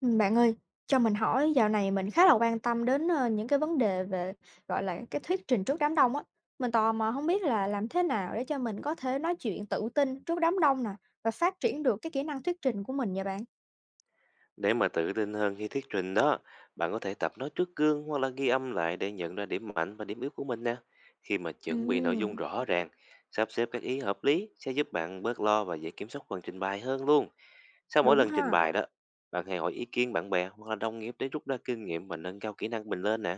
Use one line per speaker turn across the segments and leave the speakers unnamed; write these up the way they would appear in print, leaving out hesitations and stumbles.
Bạn ơi, cho mình hỏi dạo này mình khá là quan tâm đến, những cái vấn đề về, gọi là, cái thuyết trình trước đám đông á. Mình tò mò không biết là làm thế nào để cho mình có thể nói chuyện tự tin trước đám đông nè, và phát triển được cái kỹ năng thuyết trình của mình vậy bạn?
Để mà tự tin hơn khi thuyết trình đó, bạn có thể tập nói trước gương hoặc là ghi âm lại để nhận ra điểm mạnh và điểm yếu của mình nè. Khi mà chuẩn bị nội dung
Ừm.
rõ ràng, sắp xếp các ý hợp lý sẽ giúp bạn bớt lo và dễ kiểm soát phần trình bày hơn luôn. Sau mỗi
Đúng
lần trình
ha.
bày đó, bạn hãy hỏi ý kiến bạn bè hoặc là đồng nghiệp để rút ra kinh nghiệm và nâng cao kỹ năng mình lên nè.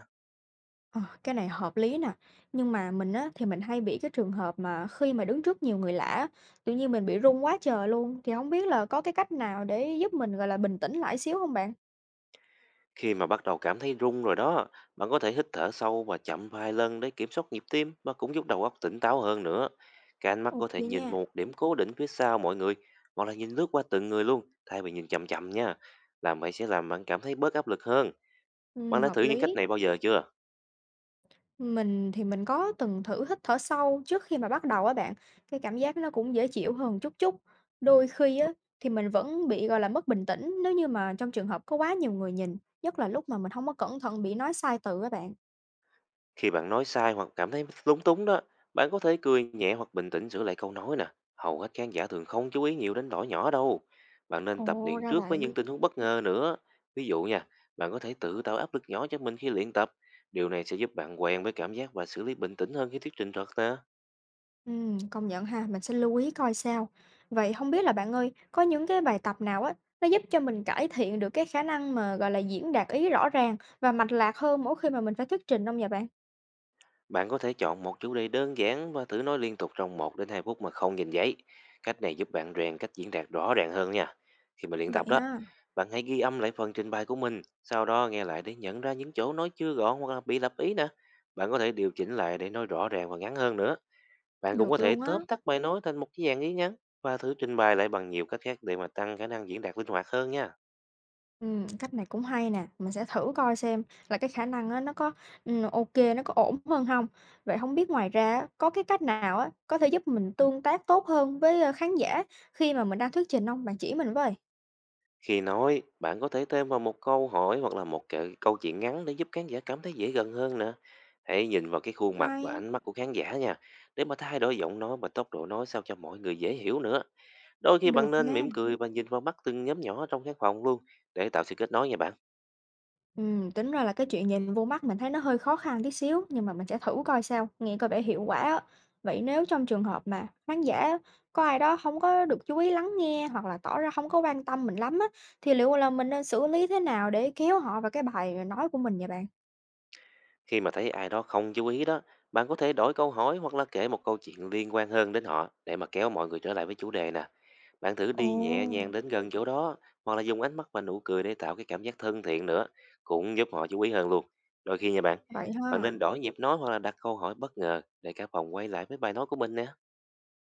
Ờ, cái này hợp lý nè, nhưng mà mình á, thì mình hay bị cái trường hợp mà khi mà đứng trước nhiều người lạ á, tự nhiên mình bị run quá trời luôn, thì không biết là có cái cách nào để giúp mình, gọi là, bình tĩnh lại xíu không bạn?
Khi mà bắt đầu cảm thấy run rồi đó, bạn có thể hít thở sâu và chậm vài lần để kiểm soát nhịp tim và cũng giúp đầu óc tỉnh táo hơn nữa. Các ánh mắt có
OK
thể
nha.
nhìn một điểm cố định phía sau mọi người hoặc là nhìn lướt qua từng người luôn, thay vì nhìn chậm chậm nha. Làm vậy sẽ làm bạn cảm thấy bớt áp lực hơn. Bạn đã
Hợp
thử những cách
lý.
này bao giờ chưa?
Mình thì mình có từng thử hít thở sâu trước khi mà bắt đầu á bạn, cái cảm giác nó cũng dễ chịu hơn chút chút. Đôi khi á thì mình vẫn bị, gọi là, mất bình tĩnh nếu như mà trong trường hợp có quá nhiều người nhìn, nhất là lúc mà mình không có cẩn thận bị nói sai từ á bạn.
Khi bạn nói sai hoặc cảm thấy lúng túng đó, bạn có thể cười nhẹ hoặc bình tĩnh sửa lại câu nói nè. Hầu hết khán giả thường không chú ý nhiều đến lỗi nhỏ đâu. Bạn nên tập
Ồ,
luyện
ra
trước với những
vậy.
tình huống bất ngờ nữa. Ví dụ nha, bạn có thể tự tạo áp lực nhỏ cho mình khi luyện tập. Điều này sẽ giúp bạn quen với cảm giác và xử lý bình tĩnh hơn khi thuyết trình thật nè.
Công nhận ha, mình sẽ lưu ý coi sao. Vậy không biết là bạn ơi, có những cái bài tập nào á, nó giúp cho mình cải thiện được cái khả năng mà, gọi là, diễn đạt ý rõ ràng và mạch lạc hơn mỗi khi mà mình phải thuyết trình hông vậy bạn?
Bạn có thể chọn một chủ đề đơn giản và thử nói liên tục trong 1 đến 2 phút mà không nhìn giấy. Cách này giúp bạn rèn cách diễn đạt rõ ràng hơn nha. Khi mà luyện tập
Vậy
đó,
ha,
bạn hãy ghi âm lại phần trình bày của mình, sau đó nghe lại để nhận ra những chỗ nói chưa gọn hoặc là bị lập ý nè. Bạn có thể điều chỉnh lại để nói rõ ràng và ngắn hơn nữa. Bạn cũng
được
có thể
luôn á.
tóm tắt bài nói thành một cái dạng ý ngắn và thử trình bày lại bằng nhiều cách khác để mà tăng khả năng diễn đạt linh hoạt hơn nha.
Cách này cũng hay nè, mình sẽ thử coi xem là cái khả năng á, nó có, ô nó có ổn hơn không. Vậy không biết ngoài ra á, có cái cách nào á, có thể giúp mình tương tác tốt hơn với, khán giả khi mà mình đang thuyết trình không? Bạn chỉ mình với.
Khi nói, bạn có thể thêm vào một câu hỏi hoặc là một cái câu chuyện ngắn để giúp khán giả cảm thấy dễ gần hơn nữa. Hãy nhìn vào cái khuôn mặt và
Hay,
ánh mắt của khán giả nha, để mà thay đổi giọng nói và tốc độ nói sao cho mọi người dễ hiểu nữa. Đôi khi bạn
được
nên
nha.
mỉm cười và nhìn vào mắt từng nhóm nhỏ trong khán phòng luôn, để tạo sự kết nối nha bạn.
Tính ra là cái chuyện nhìn vô mắt mình thấy nó hơi khó khăn tí xíu, nhưng mà mình sẽ thử coi sao, nghe coi vẻ hiệu quả á. Vậy nếu trong trường hợp mà khán giả có ai đó không có được chú ý lắng nghe hoặc là tỏ ra không có quan tâm mình lắm á, thì liệu là mình nên xử lý thế nào để kéo họ vào cái bài nói của mình vậy bạn?
Khi mà thấy ai đó không chú ý đó, bạn có thể đổi câu hỏi hoặc là kể một câu chuyện liên quan hơn đến họ, để mà kéo mọi người trở lại với chủ đề nè. Bạn thử
Ồ,
đi nhẹ nhàng đến gần chỗ đó, hoặc là dùng ánh mắt và nụ cười để tạo cái cảm giác thân thiện nữa, cũng giúp họ chú ý hơn luôn. Đôi khi nha bạn,
vậy
bạn
ha.
nên đổi nhịp nói hoặc là đặt câu hỏi bất ngờ để cả phòng quay lại với bài nói của mình nè.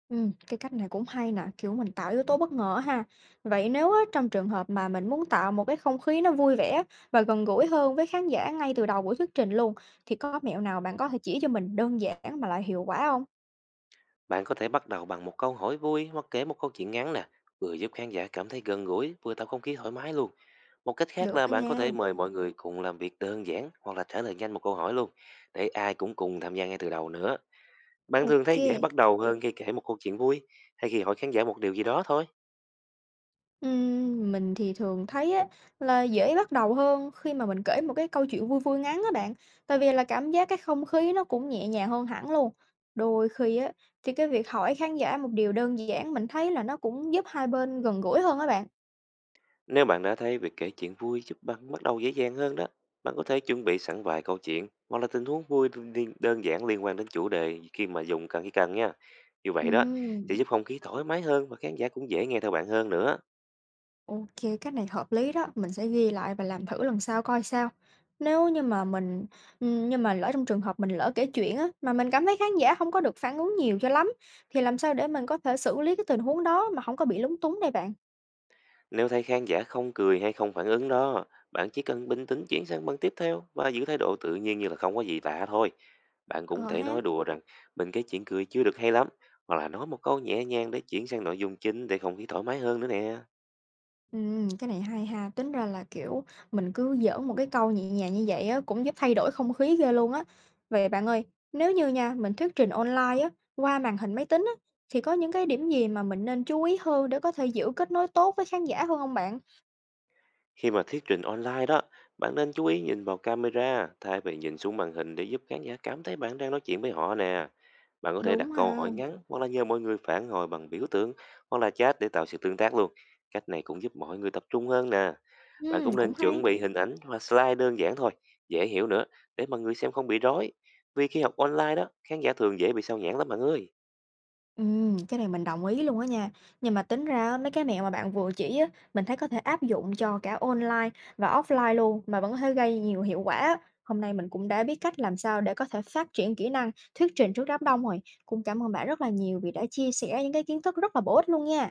Cái cách này cũng hay nè, kiểu, mình tạo yếu tố bất ngờ ha. Vậy nếu á, trong trường hợp mà mình muốn tạo một cái không khí nó vui vẻ và gần gũi hơn với khán giả ngay từ đầu buổi thuyết trình luôn, thì có mẹo nào bạn có thể chỉ cho mình đơn giản mà lại hiệu quả không?
Bạn có thể bắt đầu bằng một câu hỏi vui hoặc kể một câu chuyện ngắn nè, vừa giúp khán giả cảm thấy gần gũi, vừa tạo không khí thoải mái luôn. Một cách khác
Được
là
đó
bạn có
nha.
thể mời mọi người cùng làm việc đơn giản hoặc là trả lời nhanh một câu hỏi luôn, để ai cũng cùng tham gia ngay từ đầu nữa. Bạn thường thấy dễ
OK.
bắt đầu hơn khi kể một câu chuyện vui, hay khi hỏi khán giả một điều gì đó thôi.
Mình thì thường thấy á, là dễ bắt đầu hơn khi mà mình kể một cái câu chuyện vui vui ngắn á bạn. Tại vì là cảm giác cái không khí nó cũng nhẹ nhàng hơn hẳn luôn. Đôi khi á, thì cái việc hỏi khán giả một điều đơn giản mình thấy là nó cũng giúp hai bên gần gũi hơn á bạn.
Nếu bạn đã thấy việc kể chuyện vui giúp bạn bắt đầu dễ dàng hơn đó, bạn có thể chuẩn bị sẵn vài câu chuyện hoặc là tình huống vui đơn giản liên quan đến chủ đề khi cần nha. Như vậy đó, sẽ
Ừm.
giúp không khí thoải mái hơn và khán giả cũng dễ nghe theo bạn hơn nữa.
OK, cách này hợp lý đó, mình sẽ ghi lại và làm thử lần sau coi sao. Nếu như mà mình Nhưng mà lỡ trong trường hợp mình lỡ kể chuyện á, mà mình cảm thấy khán giả không có được phản ứng nhiều cho lắm, thì làm sao để mình có thể xử lý cái tình huống đó mà không có bị lúng túng đây bạn?
Nếu thấy khán giả không cười hay không phản ứng đó, bạn chỉ cần bình tĩnh chuyển sang băng tiếp theo và giữ thái độ tự nhiên như là không có gì lạ thôi. Bạn cũng có
Ờ
thể
ha.
nói đùa rằng mình cái chuyện cười chưa được hay lắm, hoặc là nói một câu nhẹ nhàng để chuyển sang nội dung chính để không khí thoải mái hơn nữa nè.
Cái này hay ha, tính ra là, kiểu, mình cứ giỡn một cái câu nhẹ nhàng như vậy á, cũng giúp thay đổi không khí ghê luôn á. Vậy bạn ơi, nếu như nha, mình thuyết trình online á, qua màn hình máy tính á, thì có những cái điểm gì mà mình nên chú ý hơn để có thể giữ kết nối tốt với khán giả hơn không bạn?
Khi mà thuyết trình online đó, bạn nên chú ý nhìn vào camera thay vì nhìn xuống màn hình để giúp khán giả cảm thấy bạn đang nói chuyện với họ nè. Bạn có thể đặt
Đúng
câu
ha,
hỏi ngắn hoặc là nhờ mọi người phản hồi bằng biểu tượng hoặc là chat để tạo sự tương tác luôn. Cách này cũng giúp mọi người tập trung hơn nè. Bạn cũng
cũng
nên
hay.
chuẩn bị hình ảnh và slide đơn giản thôi, dễ hiểu nữa, để mà người xem không bị rối. Vì khi học online đó, khán giả thường dễ bị sao nhãng lắm bạn ơi.
Cái này mình đồng ý luôn á nha. Nhưng mà tính ra á, mấy cái mẹo mà bạn vừa chỉ á, mình thấy có thể áp dụng cho cả online và offline luôn mà vẫn có thể gây nhiều hiệu quả á. Hôm nay mình cũng đã biết cách làm sao để có thể phát triển kỹ năng thuyết trình trước đám đông rồi. Cũng cảm ơn bạn rất là nhiều vì đã chia sẻ những cái kiến thức rất là bổ ích luôn nha.